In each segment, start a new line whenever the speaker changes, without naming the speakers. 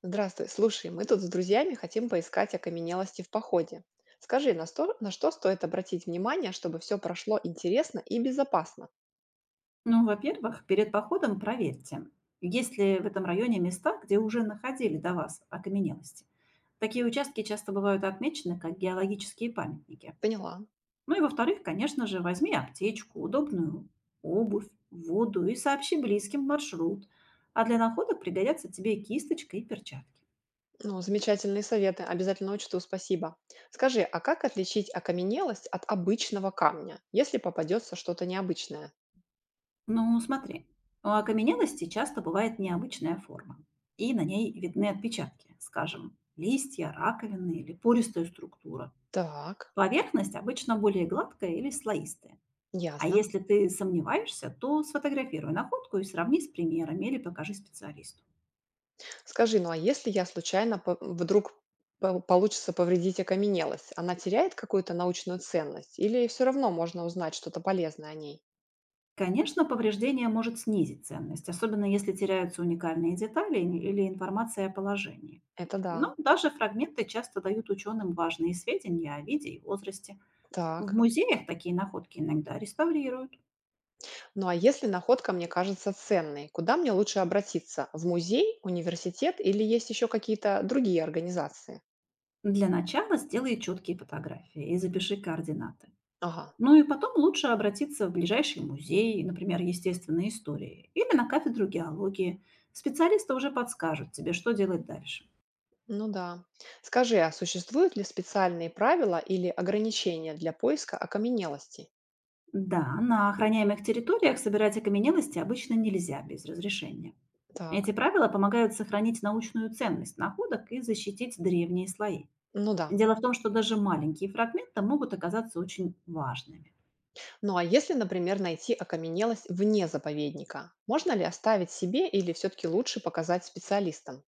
Здравствуй, слушай, мы тут с друзьями хотим поискать окаменелости в походе. Скажи, на что стоит обратить внимание, чтобы все прошло интересно и безопасно?
Ну, во-первых, перед походом проверьте, есть ли в этом районе места, где уже находили до вас окаменелости. Такие участки часто бывают отмечены как геологические памятники.
Поняла.
Ну и во-вторых, конечно же, возьми аптечку, удобную обувь, воду и сообщи близким маршрут. А для находок пригодятся тебе кисточка и перчатки.
Ну, замечательные советы, обязательно учту, спасибо. Скажи, а как отличить окаменелость от обычного камня, если попадется что-то необычное?
Ну, смотри, у окаменелости часто бывает необычная форма. И на ней видны отпечатки, скажем, листья, раковины или пористая структура.
Так,
Поверхность обычно более гладкая или слоистая. А
ясно.
если ты сомневаешься, то сфотографируй находку и сравни с примерами или покажи специалисту.
Скажи, ну а если я случайно получится повредить окаменелость, она теряет какую-то научную ценность или все равно можно узнать что-то полезное о ней?
Конечно, повреждение может снизить ценность, особенно если теряются уникальные детали или информация о положении.
Это да.
Но даже фрагменты часто дают ученым важные сведения о виде и возрасте. В
Так.
музеях такие находки иногда реставрируют.
Ну а если находка мне кажется ценной, куда мне лучше обратиться? В музей, университет или есть еще какие-то другие организации?
Для начала сделай четкие фотографии и запиши координаты.
Ага.
Ну и потом лучше обратиться в ближайший музей, например, естественной истории, или на кафедру геологии. Специалисты уже подскажут тебе, что делать дальше.
Ну да. Скажи, а существуют ли специальные правила или ограничения для поиска окаменелостей?
Да, на охраняемых территориях собирать окаменелости обычно нельзя без разрешения. Эти
Так.
правила помогают сохранить научную ценность находок и защитить древние слои.
Ну да.
Дело в том, что даже маленькие фрагменты могут оказаться очень важными.
Ну а если, например, найти окаменелость вне заповедника, можно ли оставить себе или все-таки лучше показать специалистам?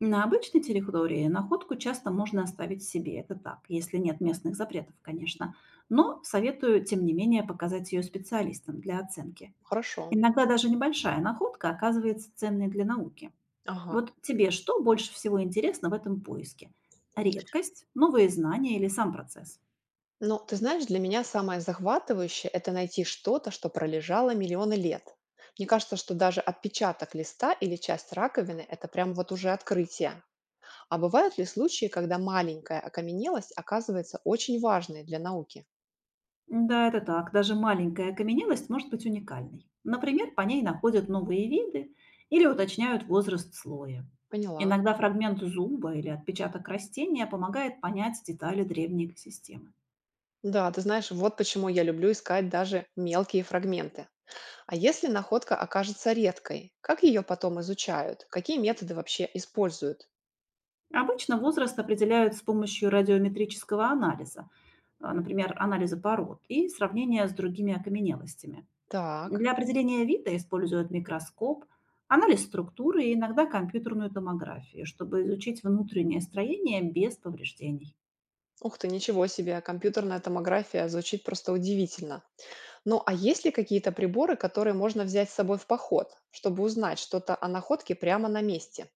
На обычной территории находку часто можно оставить себе, это так, если нет местных запретов, конечно. Но советую, тем не менее, показать ее специалистам для оценки.
Хорошо.
Иногда даже небольшая находка оказывается ценной для науки.
Ага.
Вот тебе что больше всего интересно в этом поиске? Редкость, новые знания или сам процесс?
Но ты знаешь, для меня самое захватывающее– это найти что-то, что пролежало миллионы лет. Мне кажется, что даже отпечаток листа или часть раковины– это прям вот уже открытие. А бывают ли случаи, когда маленькая окаменелость оказывается очень важной для науки?
Да, это так. Даже маленькая окаменелость может быть уникальной. Например, по ней находят новые виды или уточняют возраст слоя.
Поняла.
Иногда фрагмент зуба или отпечаток растения помогает понять детали древней экосистемы.
Да, ты знаешь, вот почему я люблю искать даже мелкие фрагменты. А если находка окажется редкой, как ее потом изучают? Какие методы вообще используют?
Обычно возраст определяют с помощью радиометрического анализа, а, например, анализа пород и сравнения с другими окаменелостями.
Так.
Для определения вида используют микроскоп, анализ структуры и иногда компьютерную томографию, чтобы изучить внутреннее строение без повреждений.
Ух ты, ничего себе, компьютерная томография звучит просто удивительно. Ну а есть ли какие-то приборы, которые можно взять с собой в поход, чтобы узнать что-то о находке прямо на месте?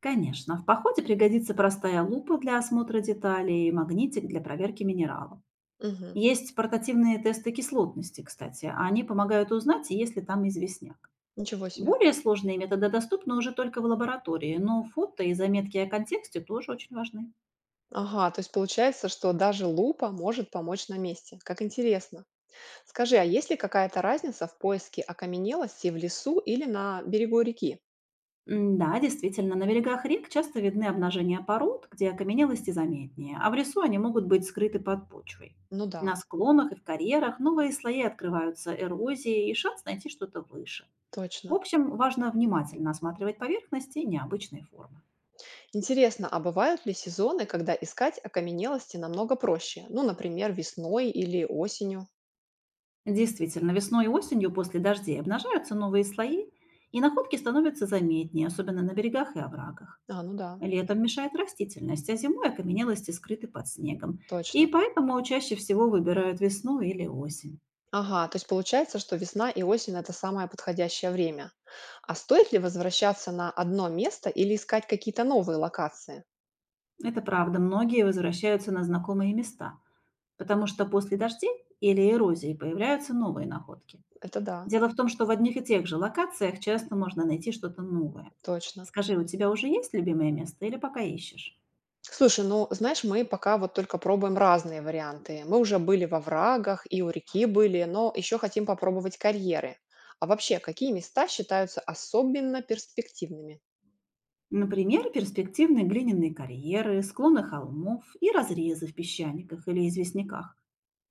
Конечно, в походе пригодится простая лупа для осмотра деталей и магнитик для проверки минералов.
Мгм.
Есть портативные тесты кислотности, кстати. Они помогают узнать, есть ли там известняк.
Ничего себе.
Более сложные методы доступны уже только в лаборатории, но фото и заметки о контексте тоже очень важны.
Ага, то есть получается, что даже лупа может помочь на месте. Как интересно. Скажи, а есть ли какая-то разница в поиске окаменелости в лесу или на берегу реки?
Да, действительно, на берегах рек часто видны обнажения пород, где окаменелости заметнее, а в лесу они могут быть скрыты под почвой.
Ну да,
На склонах и в карьерах новые слои открываются эрозии и шанс найти что-то выше. В
точно.
общем, важно внимательно осматривать поверхности и необычные формы.
Интересно, а бывают ли сезоны, когда искать окаменелости намного проще? Ну, например, весной или осенью?
Действительно, весной и осенью после дождей обнажаются новые слои, и находки становятся заметнее, особенно на берегах и оврагах.
А, ну да,
Летом мешает растительность, а зимой окаменелости скрыты под снегом. И
точно.
поэтому чаще всего выбирают весну или осень.
Ага, то есть получается, что весна и осень– это самое подходящее время. А стоит ли возвращаться на одно место или искать какие-то новые локации?
Это правда, многие возвращаются на знакомые места, потому что после дождей или эрозии появляются новые находки.
Это да,
Дело в том, что в одних и тех же локациях часто можно найти что-то новое.
точно.
Скажи, у тебя уже есть любимое место или пока ищешь?
Слушай, ну, знаешь, мы пока вот только пробуем разные варианты. Мы уже были во врагах и у реки были, но еще хотим попробовать карьеры. А вообще, какие места считаются особенно перспективными?
Например, перспективные глиняные карьеры, склоны холмов и разрезы в песчаниках или известняках.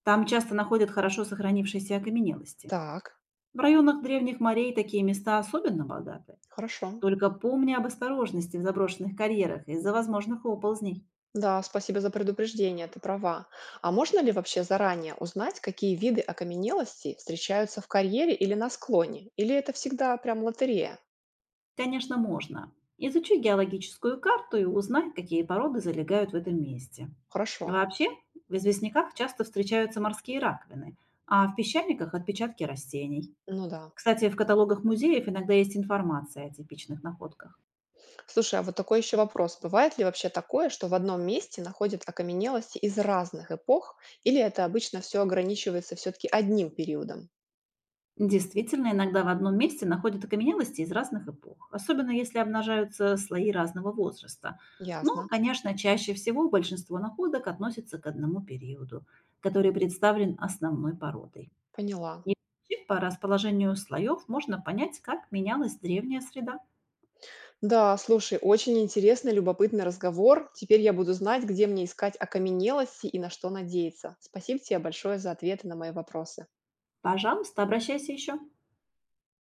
Там часто находят хорошо сохранившиеся окаменелости.
Так,
В районах древних морей такие места особенно богаты.
хорошо.
Только помни об осторожности в заброшенных карьерах из-за возможных оползней.
Да, спасибо за предупреждение, ты права. А можно ли вообще заранее узнать, какие виды окаменелостей встречаются в карьере или на склоне? Или это всегда прям лотерея?
Конечно, можно. Изучи геологическую карту и узнай, какие породы залегают в этом месте.
Хорошо.
Вообще, в известняках часто встречаются морские раковины, а в песчаниках– отпечатки растений.
Ну да.
Кстати, в каталогах музеев иногда есть информация о типичных находках.
Слушай, а вот такой еще вопрос. Бывает ли вообще такое, что в одном месте находят окаменелости из разных эпох, или это обычно все ограничивается все-таки одним периодом?
Действительно, иногда в одном месте находят окаменелости из разных эпох, особенно если обнажаются слои разного возраста. Но,
Ясно.
конечно, чаще всего большинство находок относится к одному периоду, который представлен основной породой.
Поняла.
И вообще по расположению слоев можно понять, как менялась древняя среда.
Да, слушай, очень интересный, любопытный разговор. Теперь я буду знать, где мне искать окаменелости и на что надеяться. Спасибо тебе большое за ответы на мои вопросы.
Пожалуйста, обращайся еще.